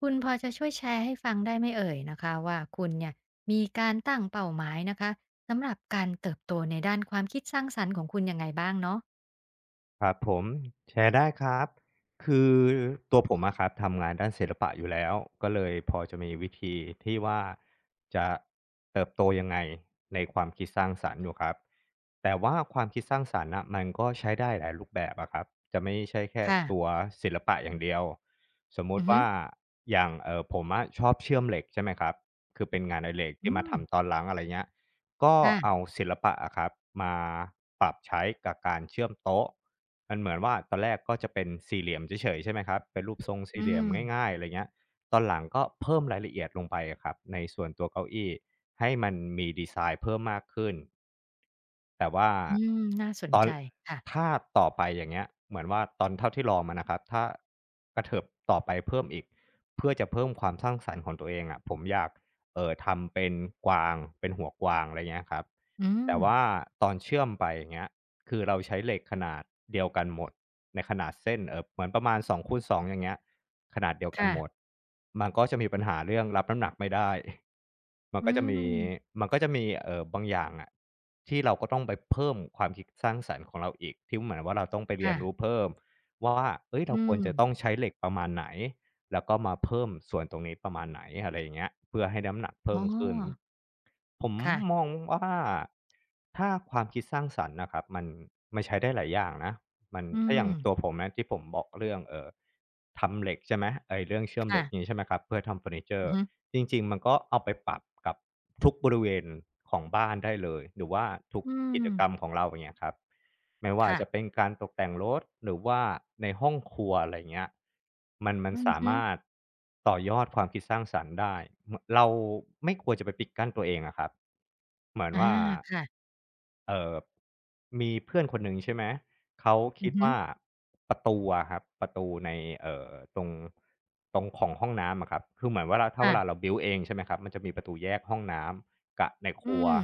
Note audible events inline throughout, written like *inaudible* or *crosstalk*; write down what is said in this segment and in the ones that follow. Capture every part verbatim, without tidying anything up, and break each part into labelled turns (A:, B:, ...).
A: คุณพอจะช่วยแชร์ให้ฟังได้ไหมเอ่ยนะคะว่าคุณเนี่ยมีการตั้งเป้าหมายนะคะสำหรับการเติบโตในด้านความคิดสร้างสรรค์ของคุณยังไงบ้างเนาะ
B: ครับผมแชร์ได้ครับคือตัวผมอะครับทำงานด้านศิลปะอยู่แล้วก็เลยพอจะมีวิธีที่ว่าจะเติบโตยังไงในความคิดสร้างสรรค์อยู่ครับแต่ว่าความคิดสร้างสรรค์น่ะมันก็ใช้ได้หลายรูปแบบอะครับจะไม่ใช่แค่
A: ค่ะ
B: ตัวศิลปะอย่างเดียวสมมุ
A: อือ
B: ติ
A: ฮึ
B: ว่าอย่างเออผมอะชอบเชื่อมเหล็กใช่ไหมครับคือเป็นงานอดิเรก
A: อื
B: ที่มา
A: ม
B: ทำตอนหลังอะไรเงี้ย ก็เอา
A: ค่ะ
B: ศิลปะอะครับมาปรับใช้กับการเชื่อมโต๊ะมันเหมือนว่าตอนแรกก็จะเป็นสี่เหลี่ยมเฉยๆใช่ไหมครับเป็นรูปทรง
A: อื
B: สี่เหลี่ยม
A: ม
B: ง่ายๆอะไรเงี้ยตอนหลังก็เพิ่มรายละเอียดลงไปอะครับในส่วนตัวเก้าอี้ให้มันมีดีไซน์เพิ่มมากขึ้นแต่ว่า
A: อืมน่าสน
B: ตอน
A: ใจค่ะ
B: ถ้าต่อไปอย่างเงี้ยเหมือนว่าตอนเท่าที่ลองมานะครับถ้ากระเถิบต่อไปเพิ่มอีกเพื่อจะเพิ่มความสร้างสรรค์ของตัวเองอะะผมอยาก เอ่อทำเป็นกวางเป็นหัวกวางอะไรเงี้ยครับ
A: อื
B: แต่
A: ม
B: ว่าตอนเชื่อมไปอย่างเงี้ยคือเราใช้เหล็กขนาดเดียวกันหมดในขนาดเส้นเออเหมือนประมาณสองคูณสองอย่างเงี้ยขนาดเดียวกัน
A: ค่ะ
B: หมดมันก็จะมีปัญหาเรื่องรับน้ำหนักไม่ได้ *laughs* มัน
A: อื
B: ก็จะมี
A: ม
B: มันก็จะมีเออบางอย่างอะที่เราก็ต้องไปเพิ่มความคิดสร้างสรรค์ของเราอีกที่เหมือนว่าเราต้องไปเรียนรู้
A: ค่ะ
B: เพิ่มว่าเอ้ย
A: อื
B: เราควร
A: ม
B: จะต้องใช้เหล็กประมาณไหน แล้วก็มาเพิ่มส่วนตรงนี้ประมาณไหนอะไรอย่างเงี้ยเพื่อให้น้ำหนัก
A: อ๋
B: เพิ่
A: อ
B: มขึ้นผมม
A: ค่ะ
B: องว่าถ้าความคิดสร้างสรรค์นะครับมันมันใช้ได้หลายอย่างนะมัน
A: อื
B: ถ้าอย่า
A: ม
B: งตัวผมนะที่ผมบอกเรื่องเอ่อทำเหล็กใช่ไหมไอ้เรื่องเชื่อมเห
A: ค่ะ
B: ล็กนี้ใช่ไหมครับเพื่อทำเฟอร์นิเจอ
A: อือ
B: ร์
A: ฮึ
B: จริงๆมันก็เอาไปปรับกับทุกบริเวณของบ้านได้เลยหรือว่าทุก
A: อื
B: กิ
A: ม
B: จกรรมของเราอย่างเงี้ยครับ ไม่ว่า
A: ค่ะ
B: จะเป็นการตกแต่งรถหรือว่าในห้องครัวอะไรเงี้ยมันมัน
A: อือ
B: สา
A: ฮึ
B: มารถต่อยอดความคิดสร้างสรรค์ได้มเราไม่ควรจะไปปิดกั้นตัวเองอะครับเหมือน
A: อา
B: ว่า
A: ค่ะ
B: เอ่อมีเพื่อนคนหนึ่งใช่ไหม เขา
A: อื
B: คิ
A: อ
B: ด
A: ฮึ
B: ว่าประตูอะครับประตูในเอ่อตรงตรงของห้องน้ำอะครับคือเหมือนว่าเราถ้าเวลาเรา
A: ค่ะ
B: บิลต์เองใช่ไหมครับมันจะมีประตูแยกห้องน้ำกับในค
A: อื
B: รัว
A: ม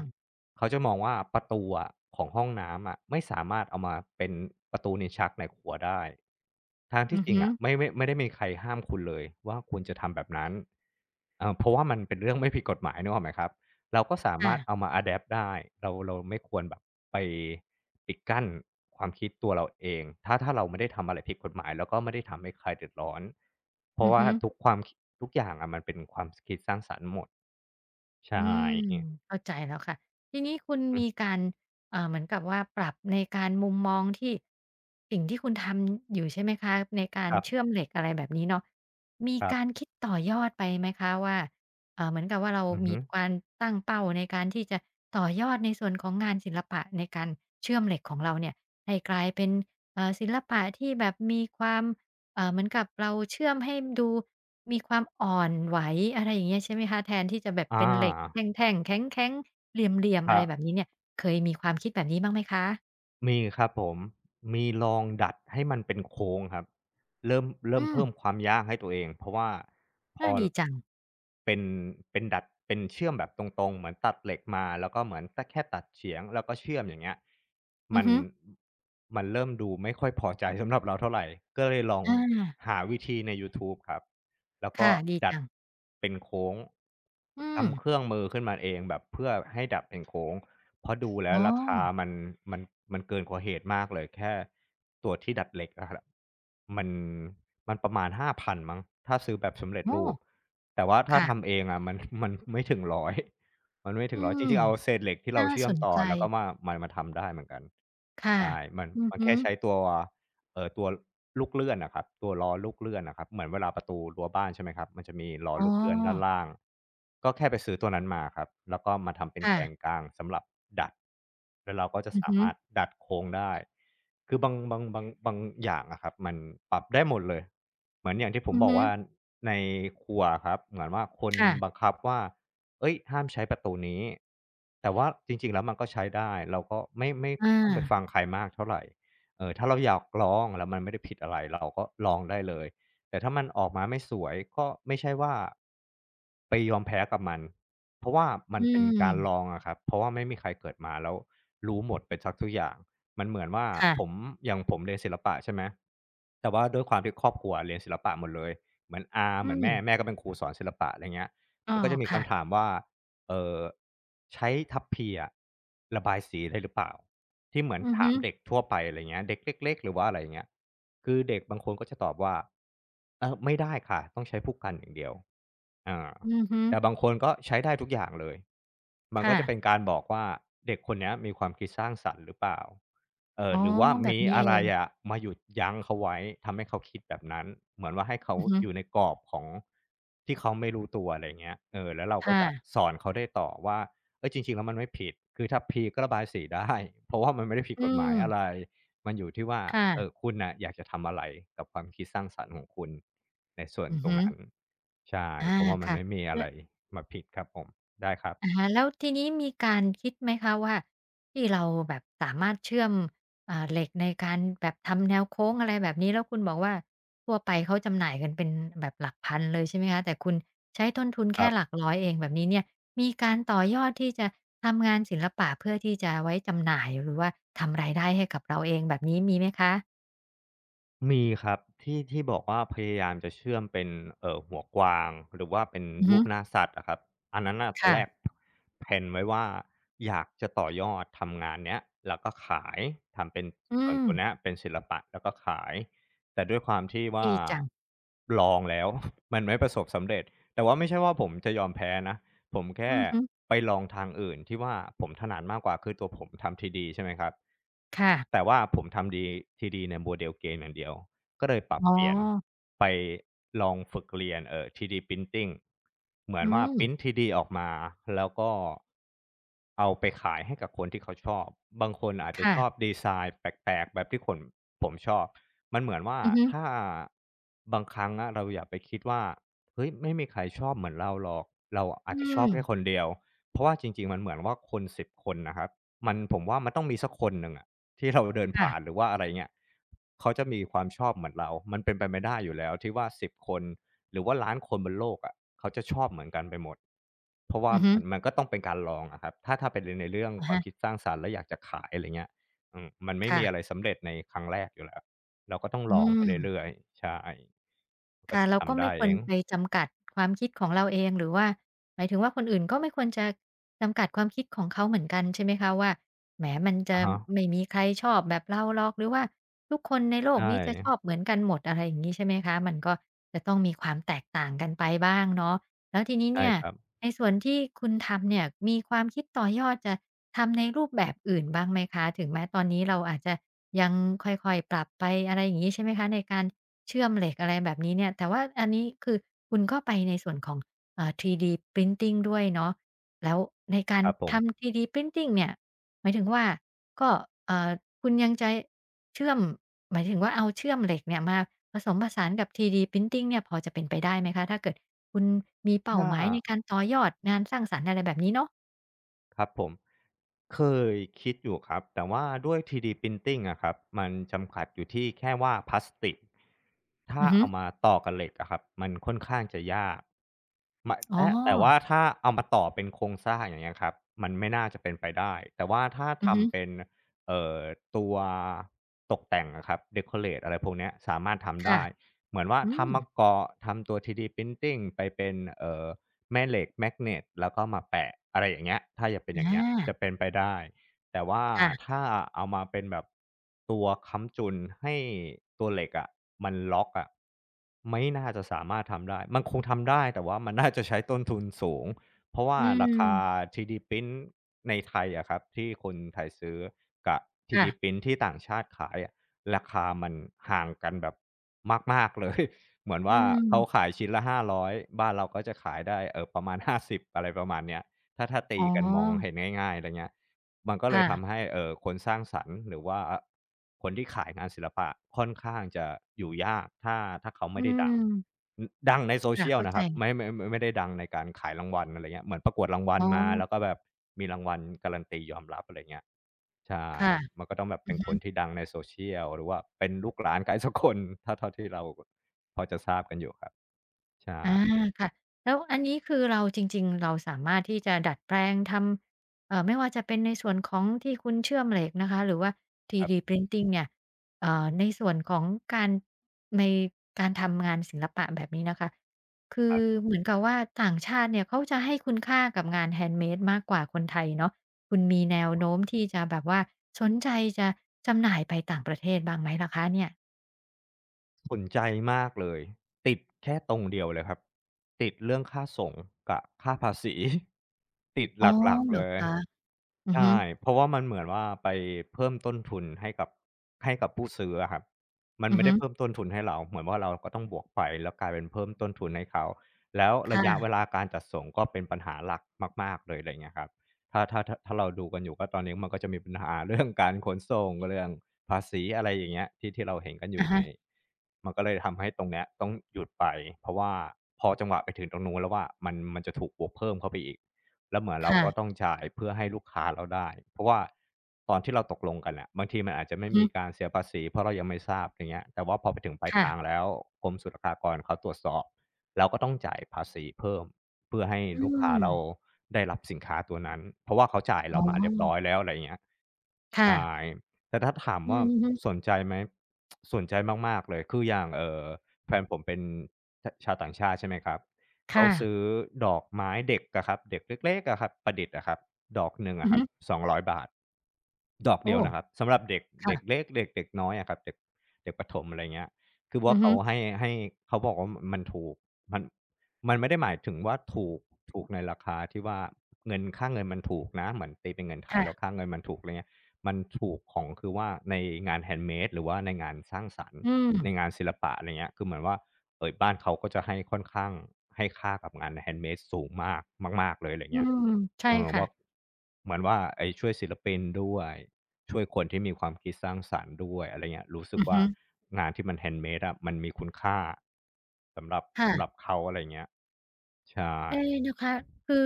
B: เขาจะมองว่าประตูอะของห้องน้ำอะไม่สามารถเอามาเป็นประตูลิ้นชักในครัวได้ทาง
A: อื
B: ที่
A: อ
B: จริง
A: ฮึ
B: อะไม่ไม่ไม่ได้มีใครห้ามคุณเลยว่าคุณจะทำแบบนั้นเอ่อเพราะว่ามันเป็นเรื่องไม่ผิดกฎหมายนึกออกไหมครับ เราก็สา
A: ค่ะ
B: มารถเอามาอดแดปได้เราเราไม่ควรแบบไปปิดกั้นความคิดตัวเราเองถ้าถ้าเราไม่ได้ทำอะไรผิดกฎหมายแล้วก็ไม่ได้ทำให้ใครเดือดร้อนเพ
A: อื
B: ราะ
A: อ
B: ว่า
A: ฮึ
B: ทุกความคทุกอย่างอะมันเป็นความคิดสร้างสรรค์หมด
A: อื
B: ใช่
A: ม
B: อ
A: เข้าใจแล้วค่ะทีนี้คุณ
B: ือ
A: มีการเอ่อเหมือนกับว่าปรับในการมุมมองที่สิ่งที่คุณทำอยู่ใช่ไหมคะในการ
B: ครั
A: เชื่อม
B: บ
A: เหล็กอะไรแบบนี้เนาะมีการคิดต่อยอดไปไหมคะว่าเอ่อเหมือนกับว่าเรา
B: ๆอือ
A: มี
B: ฮึ
A: การตั้งเป้าในการที่จะต่อยอดในส่วนของงานศิลปะในการเชื่อมเหล็กของเราเนี่ยให้กลายเป็นเอ่อศิลปะที่แบบมีความเอ่อเหมือนกับเราเชื่อมให้ดู มีความอ่อนไหวอะไรอย่างเงี้ยใช่ไหมคะแทนที่จะแบบ
B: อ
A: เป็นเหล็ก
B: า
A: แท่งๆแข็งๆเหลี่ยมๆ
B: ค
A: อะไร
B: รั
A: แบบ
B: บ
A: นี้เนี่ยเคยมีความคิดแบบนี้บ้างไหมคะ
B: มีครับผมมีลองดัดให้มันเป็นโค้งครับเริ่มเริ่ม
A: อืม
B: เพิ่มความยากให้ตัวเองเพราะว่าพ
A: น่า
B: อ
A: ดีจัง
B: เป็นเป็นดัดเป็นเชื่อมแบบตรงๆเหมือนตัดเหล็กมาแล้วก็เหมือนตะแค่ตัดเฉียงแล้วก็เชื่อมอย่างเงี้ย
A: อื
B: มั
A: อ
B: น
A: ฮึ
B: มันเริ่มดูไม่ค่อยพอใจสำหรับเราเท่าไรก็เลยลอง
A: อา
B: หาวิธีในยูทูบครับแล้วก็
A: ค่ะดี
B: ดั
A: จั
B: ด
A: ง
B: เป็นโค้ง
A: อืม
B: ทำเครื่องมือขึ้นมาเองแบบเพื่อให้ดัดเป็นโค้ง เพราะดูแล้
A: อ๋
B: ว
A: อ
B: ราคามันมันมันเกินกว่าเหตุมากเลยแค่ตัวที่ดัดเหล็กอะครับมันมันประมาณห้าพันมั้งถ้าซื้อแบบสำเร็จ
A: โอ้
B: รูปแต่ว่าถ้า
A: ค่ะ
B: ทำเองอะมัน *laughs* มันไม่ถึงหนึ่งร้อยมันไม่ถึง
A: อื
B: หนึ่งร้อยจ
A: ม
B: ริงๆเอาเศษเหล็กที่เรา
A: น่า
B: เชื่
A: ส
B: อม
A: น
B: ต่อ
A: ใจ
B: แล้วก็มามามาทำได้เหมือนกัน
A: ค่ะ
B: ใช่มัน
A: อือ
B: มัน
A: ฮึ
B: แค่ใช้ตัว เออตัวลูกเลื่อนนะครับตัวล้อลูกเลื่อนนะครับเหมือนเวลาประตูรั้วบ้านใช่ไหมครับมันจะมีล้อ
A: อ๋อ
B: ลูกเลื่อนด้านล่างก็แค่ไปซื้อตัวนั้นมาครับแล้วก็มาทำเป็น
A: ค่ะ
B: แกงกลางสำหรับดัดแล้วเราก็จะ
A: อือ
B: สา
A: ฮึ
B: มารถดัดโค้งได้คือบางบางบางบางอย่างอะครับมันปรับได้หมดเลยเหมือนอย่างที่ผม
A: อือ
B: บอก
A: ฮึ
B: ว่าในครัวครับเหมือนว่าคนบัง
A: ค่ะ
B: คับว่าเอ้ยห้ามใช้ประตูนี้แต่ว่าจริงๆแล้วมันก็ใช้ได้เราก็ไม่ไม่
A: อา
B: ต้องไปฟังใครมากเท่าไหร เออถ้าเราอยากลองแล้วมันไม่ได้ผิดอะไรเราก็ลองได้เลยแต่ถ้ามันออกมาไม่สวยก็ไม่ใช่ว่าไปยอมแพ้กับมันเพราะว่ามั
A: อื
B: นเป็นกา
A: ม
B: รลองอะครับเพราะว่าไม่มีใครเกิดมาแล้วรู้หมดไปสักทุกอย่างมันเหมือนว่าผม
A: ค่ะ
B: อย่างผมเรียนศิลปะใช่ไหมแต่ว่าด้วยความที่ครอบครัวเรียนศิลปะหมดเลยเหมือนอาเห
A: อื
B: มือน
A: ม
B: แม่แม่ก็เป็นครูสอนศิลปะอะไรเงี้ย
A: อ้อ
B: มันก็จะมี
A: ค่ะ
B: คำถามว่า เอ่อใช้ทัพพีอะระบายสีได้หรือเปล่าที่เหมือน
A: อือ
B: ถา
A: ฮึ
B: มเด็กทั่วไปอะไรเงี้ยเด็กเล็กๆหรือว่าอะไรเงี้ยคือเด็กบางคนก็จะตอบว่าเออไม่ได้ค่ะต้องใช้ผู้กันอย่างเดียวอ่า
A: อือฮึ
B: แต่บางคนก็ใช้ได้ทุกอย่างเลยมันก็
A: ค่ะ
B: จะเป็นการบอกว่าเด็กคนเนี้ยมีความคิดสร้างสรรค์หรือเปล่า เอ
A: อ๋
B: อ
A: อ
B: หรือว่า
A: แบบ
B: มี
A: นี้
B: อะ
A: เอ
B: ไร
A: ง
B: อะมาหยุดยั้งเขาไว้ทำให้เขาคิดแบบนั้นเหมือนว่าให้เขา
A: อือฮึ
B: อยู่ในกรอบของที่เขาไม่รู้ตัวอะไรเงี้ยเออแล้วเรา
A: ค
B: ก็จะ
A: ่ะ
B: สอนเขาได้ต่อว่าเฮ้ยจริงๆแล้วมันไม่ผิดคือถ้าพลีก็ระบายสีได้ *laughs* เพราะว่ามันไม่ได้ผิด
A: อื
B: กฎหมาย
A: ม
B: อะไรมันอยู่ที่ว่าเอ่อ
A: ค่ะ
B: คุณน่ะอยากจะทำอะไรกับความคิดสร้างสรรค์ของคุณในส่วน
A: อือ
B: ตรง
A: ฮึ
B: นั้นใช่
A: อา
B: ผมว่ามัน
A: ค่ะ
B: ไม่มีอะ
A: แล้
B: ไร
A: ว
B: มาผิดครับผมได้ครับ
A: อะฮะแล้วทีนี้มีการคิดไหมคะว่า ที่เราแบบสามารถเชื่อมอ่าเหล็กในการแบบทำแนวโค้งอะไรแบบนี้แล้วคุณบอกว่าทั่วไปเขาจำหน่ายกันเป็นแบบหลักพันเลยใช่ไหมคะแต่คุณใช้ต้นทุน
B: ค
A: แค่
B: รั
A: หลั
B: บ
A: กร้อยเองแบบนี้เนี่ยมีการต่อยอดที่จะทำงานศิลปะเพื่อที่จะไว้จำหน่ายหรือว่าทำรายได้ให้กับเราเองแบบนี้มีไหมคะ
B: มีครับที่ที่บอกว่าพยายามจะเชื่อมเป็นเอ่อหัวกวางหรือว่าเป็น
A: อือฮึ
B: รูปหน้าสัตว์อะครับอันนั้นน่ะตอนแรก
A: ค่ะ
B: แพลนไว้ว่าอยากจะต่อยอดทำงานเนี้ยแล้วก็ขายทำเป็น
A: อื
B: ส่วน
A: ม
B: ตัวเนี้ยเป็นศิลปะแล้วก็ขายแต่ด้วยความที่ว่า
A: ดีจัง
B: ลองแล้ว *laughs* มันไม่ประสบสำเร็จแต่ว่าไม่ใช่ว่าผมจะยอมแพ้นะ ผม
A: อื
B: แค่
A: อฮึ
B: ไปลองทางอื่นที่ว่าผมถนัดมากกว่าคือตัวผมทำ ทรี ดี ใช่ไหมครับ
A: ค่ะ
B: แต่ว่าผมทำ D ทรี ดี ใน model เกมอย่างเดียวก็เลยปรับ
A: อ๋อ
B: เปลี่ยนไปลองฝึกเรียนเอ่อ ทรี ดี printing เหมือ
A: อื
B: นว่า
A: ม
B: พรินต์ ทรี ดี ออกมาแล้วก็เอาไปขายให้กับคนที่เขาชอบบางคนอาจจะชอบ
A: ค่ะ
B: ดีไซน์แปลกๆแบบที่คนผมชอบมันเหมือนว่า
A: อือฮึ
B: ถ้าบางครั้งอะเราอย่าไปคิดว่า เฮ้ยไม่มีใครชอบเหมือนเราหรอกเราอา
A: อื
B: จจะชอ
A: ม
B: บแค่คนเดียวเพราะว่าจริงๆมันเหมือนว่าคนสิบคนนะครับมันผมว่ามันต้องมีสักคนหนึ่งอะที่เราเดินผ่าน
A: ค่ะ
B: หรือว่าอะไรเงี้ยเขาจะมีความชอบเหมือนเรา มันเป็นไปไม่ได้อยู่แล้วที่ว่าสิบคนหรือว่าล้านคนบนโลกอะเขาจะชอบเหมือนกันไปหมดเพราะว่า
A: อือฮึ
B: มันมันก็ต้องเป็นการลองอะครับถ้าถ้าเป็นในในเรื่อง
A: อะ
B: ความ
A: ฮะ
B: คิดสร้างสรรค์แล้วอยากจะขายอะไรเงี้ยอืมมันไม่มีอะไร
A: ค่ะ
B: สำเร็จในครั้งแรกอยู่แล้วเราก็ต้อง
A: อื
B: ลองไป
A: ม
B: เรื่อยๆใช่ก็
A: ค่ะเราก็
B: ทำ
A: ไม่
B: ได้
A: คว
B: เอ
A: ร
B: ง
A: ไปจำกัดความคิดของเราเองหรือว่าหมายถึงว่าคนอื่นก็ไม่ควรจะจำกัดความคิดของเขาเหมือนกันใช่ไหมคะว่าแหมมันจะ
B: อะฮะ
A: ไม่มีใครชอบแบบเราหรอกหรือว่าทุกคนในโลก
B: ใช่
A: นี้จะชอบเหมือนกันหมดอะไรอย่างงี้ใช่ไหมคะมันก็จะต้องมีความแตกต่างกันไปบ้างเนาะแล้วทีนี้
B: ใช่
A: เนี่ย
B: ครับ
A: ในส่วนที่คุณทำเนี่ยมีความคิดต่อยอดจะทำในรูปแบบอื่นบ้างไหมคะถึงแม้ตอนนี้เราอาจจะยังค่อยๆปรับไปอะไรอย่างงี้ใช่ไหมคะในการ เชื่อมเหล็กอะไรแบบนี้เนี่ยแต่ว่าอันนี้คือคุณก็ไปในส่วนของเอ่า ทรี ดี printing ด้วยเนาะแล้วในการ
B: ครับผม
A: ทำ ทรี ดี printing เนี่ยหมายถึงว่าก็เอ่อคุณยังจะเชื่อมหมายถึงว่าเอาเชื่อมเหล็กเนี่ยมาผสมผสานกับ ทรี ดี printing เนี่ยพอจะเป็นไปได้ไหมคะถ้าเกิดคุณมีเป้า
B: ถ้า
A: หมายในการต่อยอดงานสร้างสรรค์อะไรแบบนี้เนาะ
B: ครับผมเคยคิดอยู่ครับแต่ว่าด้วย ทรี ดี Printing อะครับมันจำกัดอยู่ที่แค่ว่าพลาสติกถ้า
A: อือฮึ
B: เอามาต่อกับเหล็กอะครับมันค่อนข้างจะยากมะ
A: อ๋อ
B: และแต่ว่าถ้าเอามาต่อเป็นโครงสร้างอย่างเงี้ยครับมันไม่น่าจะเป็นไปได้แต่ว่าถ้า
A: อือฮึ
B: ทำเป็นเอ่อตัวตกแต่งอะครับ decorate อะไรพวกเนี้ยสามารถทำ
A: ค่ะ
B: ได้เหมือนว่า
A: อืม
B: ทำมาเกาะทำตัว ทรี ดี Printing ไปเป็นเอ่อ แม่เหล็กแมกเนตแล้วก็มาแปะอะไรอย่างเงี้ยถ้าอยากเป็นอ
A: อ
B: ย่างเงี้ยจะ
A: า
B: เป็นไปได้แต่ว่า
A: ค่ะ
B: ถ้าเอามาเป็นแบบตัวค้ำจุนให้ตัวเหล็กอะมันล็อกอะไม่น่าจะสามารถทำได้มันคงทำได้แต่ว่ามันน่าจะใช้ต้นทุนสูงเพราะว่า
A: อื
B: ราคา
A: ม
B: ทรี ดี Print ในไทยอะครับที่คนไทยซื้อกับ
A: ค่ะ
B: ทรี ดี Print ที่ต่างชาติขายอะราคามันห่างกันแบบมากๆเลย เหมือน
A: อื
B: ว่าเขาขา
A: ม
B: ยชิ้นละห้าร้อยบ้านเราก็จะขายได้เอ่อประมาณห้าสิบอะไรประมาณเนี้ยถ้าถ้าตี
A: อ๋อ
B: กันมองเห็นง่ายๆอะไรเงี้ยมันก็เลยทำ
A: ค่ะ
B: ให้เอ่อคนสร้างสรรค์หรือว่าอคนที่ขายงานศิลปะค่อนข้างจะอยู่ยากถ้าถ้าเขา
A: อื
B: ไม่ได้ดัง
A: ม
B: อดังใน
A: ค่ะ
B: social
A: เข้าใจ
B: นะครับไม่ไม่ไม่ได้ดังในการขายรางวัลอะไรเงี้ยเหมือนประกวดรางวั
A: อ๋
B: ลมาแล้ว
A: อ
B: ก็แบบมีรางวัลการันตียอมรับอะไรเงี้ยใช่
A: ค่ะ
B: มันก็ต้องแบบ
A: อื
B: เป็
A: อ
B: นค
A: ฮึ
B: นที่ดังใน social หรือว่าเป็นลูกหลานใครสักคนถ้าเท่าที่เรา พอจะทราบกันอยู่ครับใช่
A: อาค่ะ แล้วอันนี้คือเราจริงๆ เราสามารถที่จะดัดแปลงทำเอ่อไม่ว่าจะเป็นในส่วนของที่คุณเชื่อมเหล็กนะคะ หรือว่า
B: ครั
A: ทรี ดี
B: บ
A: Printing เนี่ยเอ่อในส่วนของการในการทำงานศิลปะแบบนี้นะคะ คื
B: ค
A: อ
B: รับ
A: เหมือนกับว่าต่างชาติเนี่ยเขาจะให้คุณค่ากับงาน handmade มากกว่าคนไทยเนาะคุณมีแนวโน้มที่จะแบบว่าสนใจจะจำหน่ายไปต่างประเทศบ้างไหมล่ะคะเนี่ย
B: สนใจมากเลยติดแค่ตรงเดียวเลยครับติดเรื่องค่าส่งกับค่าภาษี *laughs* ติด
A: อ๋อ
B: หลัก
A: เห
B: ๆ
A: ร
B: เล
A: อ
B: ย
A: คะอือฮึ
B: ใช่ เพราะว่ามันเหมือนว่าไปเพิ่มต้นทุนให้กับให้กับผู้ซื้ออะครับมัน
A: อือ
B: ไม่
A: ฮึ
B: ได้เพิ่มต้นทุนให้เราเหมือนว่าเราก็ต้องบวกไปแล้วกลายเป็นเพิ่มต้นทุนให้เขาแล้วระยะเว
A: ค่ะ
B: ลาการจัดส่งก็เป็นปัญหาหลักมากๆเลยอะไรเงี้ยครับถ้าถ้าถ้าถ้าเราดูกันอยู่ก็ตอนนี้มันก็จะมีปัญหาเรื่องการขนส่งเรื่องภาษีอะไรอย่างเงี้ยที่ที่เราเห็นกันอ
A: อะ
B: ยู่ใน
A: ฮะ
B: มันก็เลยทำให้ตรงเนี้ยต้องหยุดไปเพราะว่าพอจังหวะไปถึงตรงนู้นแล้วอะมันมันจะถูกบวกเพิ่มเข้าไปอีก แล้วเหมือนเราก็ต้
A: ค่ะ
B: องจ่ายเพื่อให้ลูกค้าเราได้เพราะว่าตอนที่เราตกลงกันน่ะบางทีมันอาจจะ
A: อื
B: ไม่
A: อฮึ
B: มีการเสียภาษีเพราะเรายังไม่ทราบอย่างเงี้ยแต่ว่าพอไปถึงปลาย
A: ค่ะ
B: ทางแล้วกรมศุลกากรเขาตรวจสอบเราก็ต้องจ่ายภาษีเพิ่มเพื่อให้
A: อื
B: ลูกค้า
A: ม
B: เราได้รับสินค้าตัวนั้นเพราะว่าเขาจ่าย
A: อ๋
B: เรามาเรียบร้อย
A: อ
B: แล้วอะไรอย่างเงี้ย
A: ค่ะ
B: ใช่แต่ถ้าถาม
A: อืม
B: ว่า
A: อือฮึ
B: สนใจไหมสนใจมากๆเลยคืออย่างเอ่อแฟนผมเป็นชชาวต่างชาติใช่ไหมครับ เขา
A: ค่ะ
B: ซื้อดอกไม้เด็กอะครับเด็กเล็กๆอะครับประดิษฐ์อะครับดอกหนึ่ง
A: อื
B: อะ
A: อ
B: ครั
A: ฮึ
B: บสองร้อยบาทดอกเดี
A: โอ้
B: ยวนะครับสำหรับเด็กเด็ก
A: ค่ะ
B: เล็กเด็กเด็กน้อยอะครับเด็กเด็กประถมอะไรเงี้ยคือ
A: อื
B: ว่า
A: อฮึ
B: เขาให้ให้เขาบอกว่ามมันถูกมันมันไม่ได้หมายถึงว่าถูกถูกในราคาที่ว่าเงินค่าเงินมันถูกนะเหมือนตีเป็นเงินไทยแล้ว
A: ค่ะ
B: ค่าเงินมันถูกไรเงี้ยมันถูกของคือว่าในงาน handmade หรือว่าในงานสร้างสรรค์
A: อืม
B: ในงานศิลปะอะไรเงี้ยคือเหมือนว่าเอ่อบ้านเขาก็จะให้ค่อนข้างให้ค่ากับงาน handmade สูงมากมากๆเลยอะไร
A: อื
B: เงี้ย
A: มใช่
B: เออ
A: ค่ะ
B: ว่าเหมือนว่าไอ้ช่วยศิลปินด้วยช่วยคนที่มีความคิดสร้างสรรค์ด้วยอะไรเงี้ยรู้สึก
A: อือ
B: ว่า
A: ฮึ
B: งานที่มัน handmade อะมันมีคุณค่าสำหรับสำหรับ
A: ค่ะ
B: เขาอะไรเงี้ยใช่
A: เอ๊นะเดี๋ยวคะคือ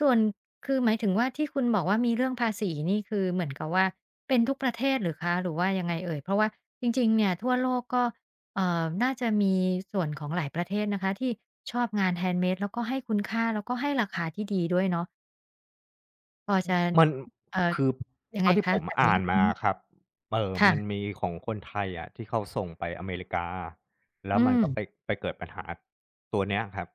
A: ส่วนคือหมายถึงว่าที่คุณบอกว่ามีเรื่องภาษีนี่คือเหมือนกับว่าเป็นทุกประเทศหรือคะหรือว่ายังไงเอ่ยเพราะว่าจริงๆเนี่ยทั่วโลกก็เอ่อน่าจะมีส่วนของหลายประเทศนะคะที่ชอบงาน handmade แล้วก็ให้คุณค่าแล้วก็ให้ราคาที่ดีด้วยเนาะพอจะ
B: มัน
A: เอ่อ
B: คือ
A: ยังไง
B: เท่าที่
A: คะ
B: ผม
A: แบบนี้
B: อ่าน
A: อือ
B: มาค
A: ฮึ
B: รับเอ่อมัน
A: ค่ะ
B: มีของคนไทยอะที่เขาส่งไปอเมริกาแล้
A: อื
B: วมัน
A: ม
B: ก็ไปไปเกิดปัญหาตัวเนี้ยครับ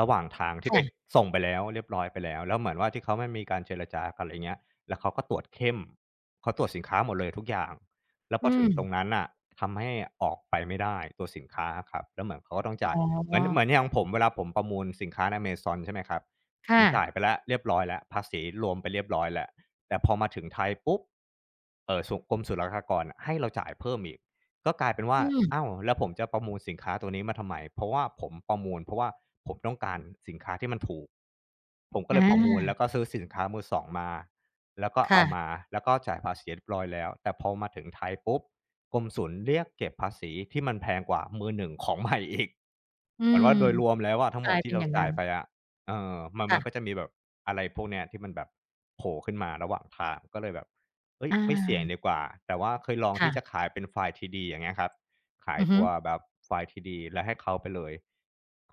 B: ระหว่างทางที่ไป
A: ค่ะ
B: ส่งไปแล้วเรียบร้อยไปแล้วแล้วเหมือนว่าที่เขาไม่มีการเจรจากันไรเงี้ยแล้วเขาก็ตรวจเข้มเขาตรวจสินค้าหมดเลยทุกอย่างแล้วพ
A: อื
B: อถึงตรง
A: ม
B: นั้นน่ะทำให้ออกไปไม่ได้ตัวสินค้าอะครับแล้วเหมือนเขาก็ต้องจ่า
A: อ๋อ
B: ยเหมือนเหมือนอย่างผมเวลาผมประมูลสินค้าใน Amazon ใช่ไหมครับ ผม
A: ค่ะ
B: จ่ายไปแล้วเรียบร้อยแล้วภาษีรวมไปเรียบร้อยแล้วแต่พอมาถึงไทยปุ๊บเอ่อสุกรมศุลกากรอะให้เราจ่ายเพิ่มอีกก็กลายเป็นว่า
A: อืม
B: อ้าวแล้วผมจะประมูลสินค้าตัวนี้มาทำไมเพราะว่าผมประมูลเพราะว่าผมต้องการสินค้าที่มันถูกผมก็
A: อ
B: เลยประมูล
A: า
B: แล้วก็ซื้อสินค้ามือสองมาแล้วก็เอามา
A: ค่ะ
B: แล้วก็จ่ายภาษีเรียบร้อยแล้วแต่พอมาถึงไทยปุ๊บกรมศุลเรียกเก็บภาษีที่มันแพงกว่ามือหนึ่งของใหม่อีก
A: อื
B: เหมือน
A: ม
B: ว่าโดยรวมแล้วอะทั้
A: ก
B: งหม
A: ลา
B: ด
A: ยเป็
B: ที่
A: นอ
B: เรา
A: ย่าง
B: จ่า
A: งั้
B: ย
A: น
B: ไปอะ เออมันมันก็
A: ค่ะ
B: จะมีแบบอะไรพวกเนี้ยที่มันแบบโผล่ขึ้นมาระหว่างทางก็เลยแบบเฮ้ย
A: อา
B: ไม่เสี่ยงดีกว่าแต่ว่าเคยลองที่จะ
A: ค่ะ
B: ขายเป็นไฟล์ ที ดี อย่างเงี้ยครับขาย
A: อือฮึ
B: ตัวแบบไฟล์ ที ดี แล้วให้เขาไปเลย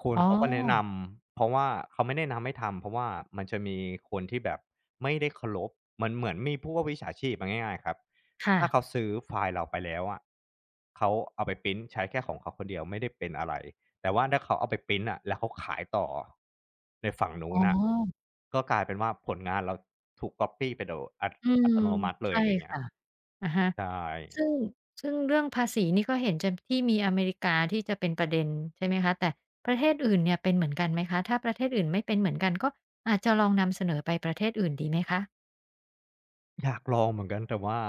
B: คุณ
A: อ๋อ
B: เขาก็แนะนำเพราะว่าเขาไม่แนะนำให้ทำเพราะว่ามันจะมีคนที่แบบไม่ได้เคารพมันเหมือนมีพวกมิจฉาชีพอะง่ายๆครับ
A: ค่ะ
B: ถ้าเขาซื้อไฟล์เราไปแล้วอะเขาเอาไปพรินต์ใช้แค่ของเขาคนเดียวไม่ได้เป็นอะไร แต่ว่าถ้าเขาเอาไปพรินต์อะแล้วเขาขายต่อในฝั่ง
A: อ๋
B: นู้
A: อ
B: นน่ะก็กลายเป็นว่าผลงานเราถูกก๊อบปี้ไปโดยอัต
A: อื
B: อั
A: ม
B: ตโนมัติเลย
A: ใช่
B: อะไรเงี้ย
A: ค่ะอะฮะ
B: ใช่
A: ซึ่งซึ่งเรื่องภาษีนี่ก็เห็นจะที่มีอเมริกาที่จะเป็นประเด็นใช่ไหมคะแต่ประเทศอื่นเนี่ยเป็นเหมือนกันไหมคะถ้าประเทศอื่นไม่เป็นเหมือนกันก็อาจจะลองนำเสนอไปประเทศอื่นดีไหมคะ
B: อยากลองเหมือนกันแต่ว่า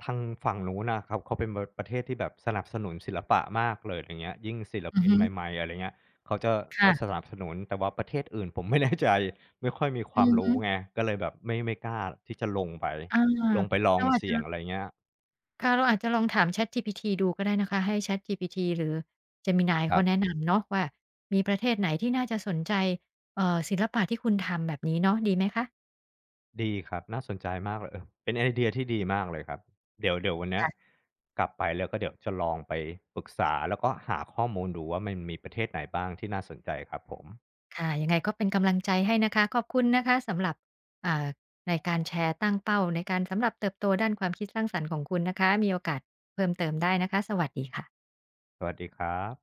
B: ทางฝั่งนู้นน่ะครับเขาเป็นปประเทศที่แบบสนับสนุนศิลปะมากเลยอะไรเงี้ยยิ่งศิล
A: อือ
B: ปิน
A: ฮึ
B: ใหม่ๆอะไรเงี้ยเขาจะก็ส
A: ค่ะ
B: นับสนุนแต่ว่าประเทศอื่นผมไม่แน่ใจไม่ค่อยมีค
A: อื
B: วาม
A: อ
B: รู้
A: ฮึ
B: ไงก็เลยแบบไม่ไม่กล้าที่จะลงไป
A: อา
B: ลงไปลอง
A: เราอาจจะ
B: เสี่ยงอะไรเงี้ย
A: ค่ะเราอาจจะลองถาม ChatGPT ดูก็ได้นะคะให้ ChatGPT หรือ Gemini
B: ครั
A: เขาแนะ
B: บ
A: นำเนาะว่ามีประเทศไหนที่น่าจะสนใจเอ่อศิลปะที่คุณทำแบบนี้เนาะดีไหมคะ
B: ดีครับน่าสนใจมากเลยเออเป็นไอเดียที่ดีมากเลยครับเดี๋ยวเดี๋ยววันเนี้ย
A: ค่ะ
B: กลับไปแล้วก็เดี๋ยวจะลองไปปรึกษาแล้วก็หาข้อมูลดูว่ามันมีประเทศไหนบ้างที่น่าสนใจครับผม
A: ค่ะยังไงก็เป็นกำลังใจให้นะคะขอบคุณนะคะสำหรับอ่าในการแชร์ตั้งเป้าในการสำหรับเติบโตด้านความคิดสร้างสรรค์ของคุณนะคะมีโอกาสเพิ่มเติมได้นะคะสวัสดีค่ะ
B: สวัสดีครับ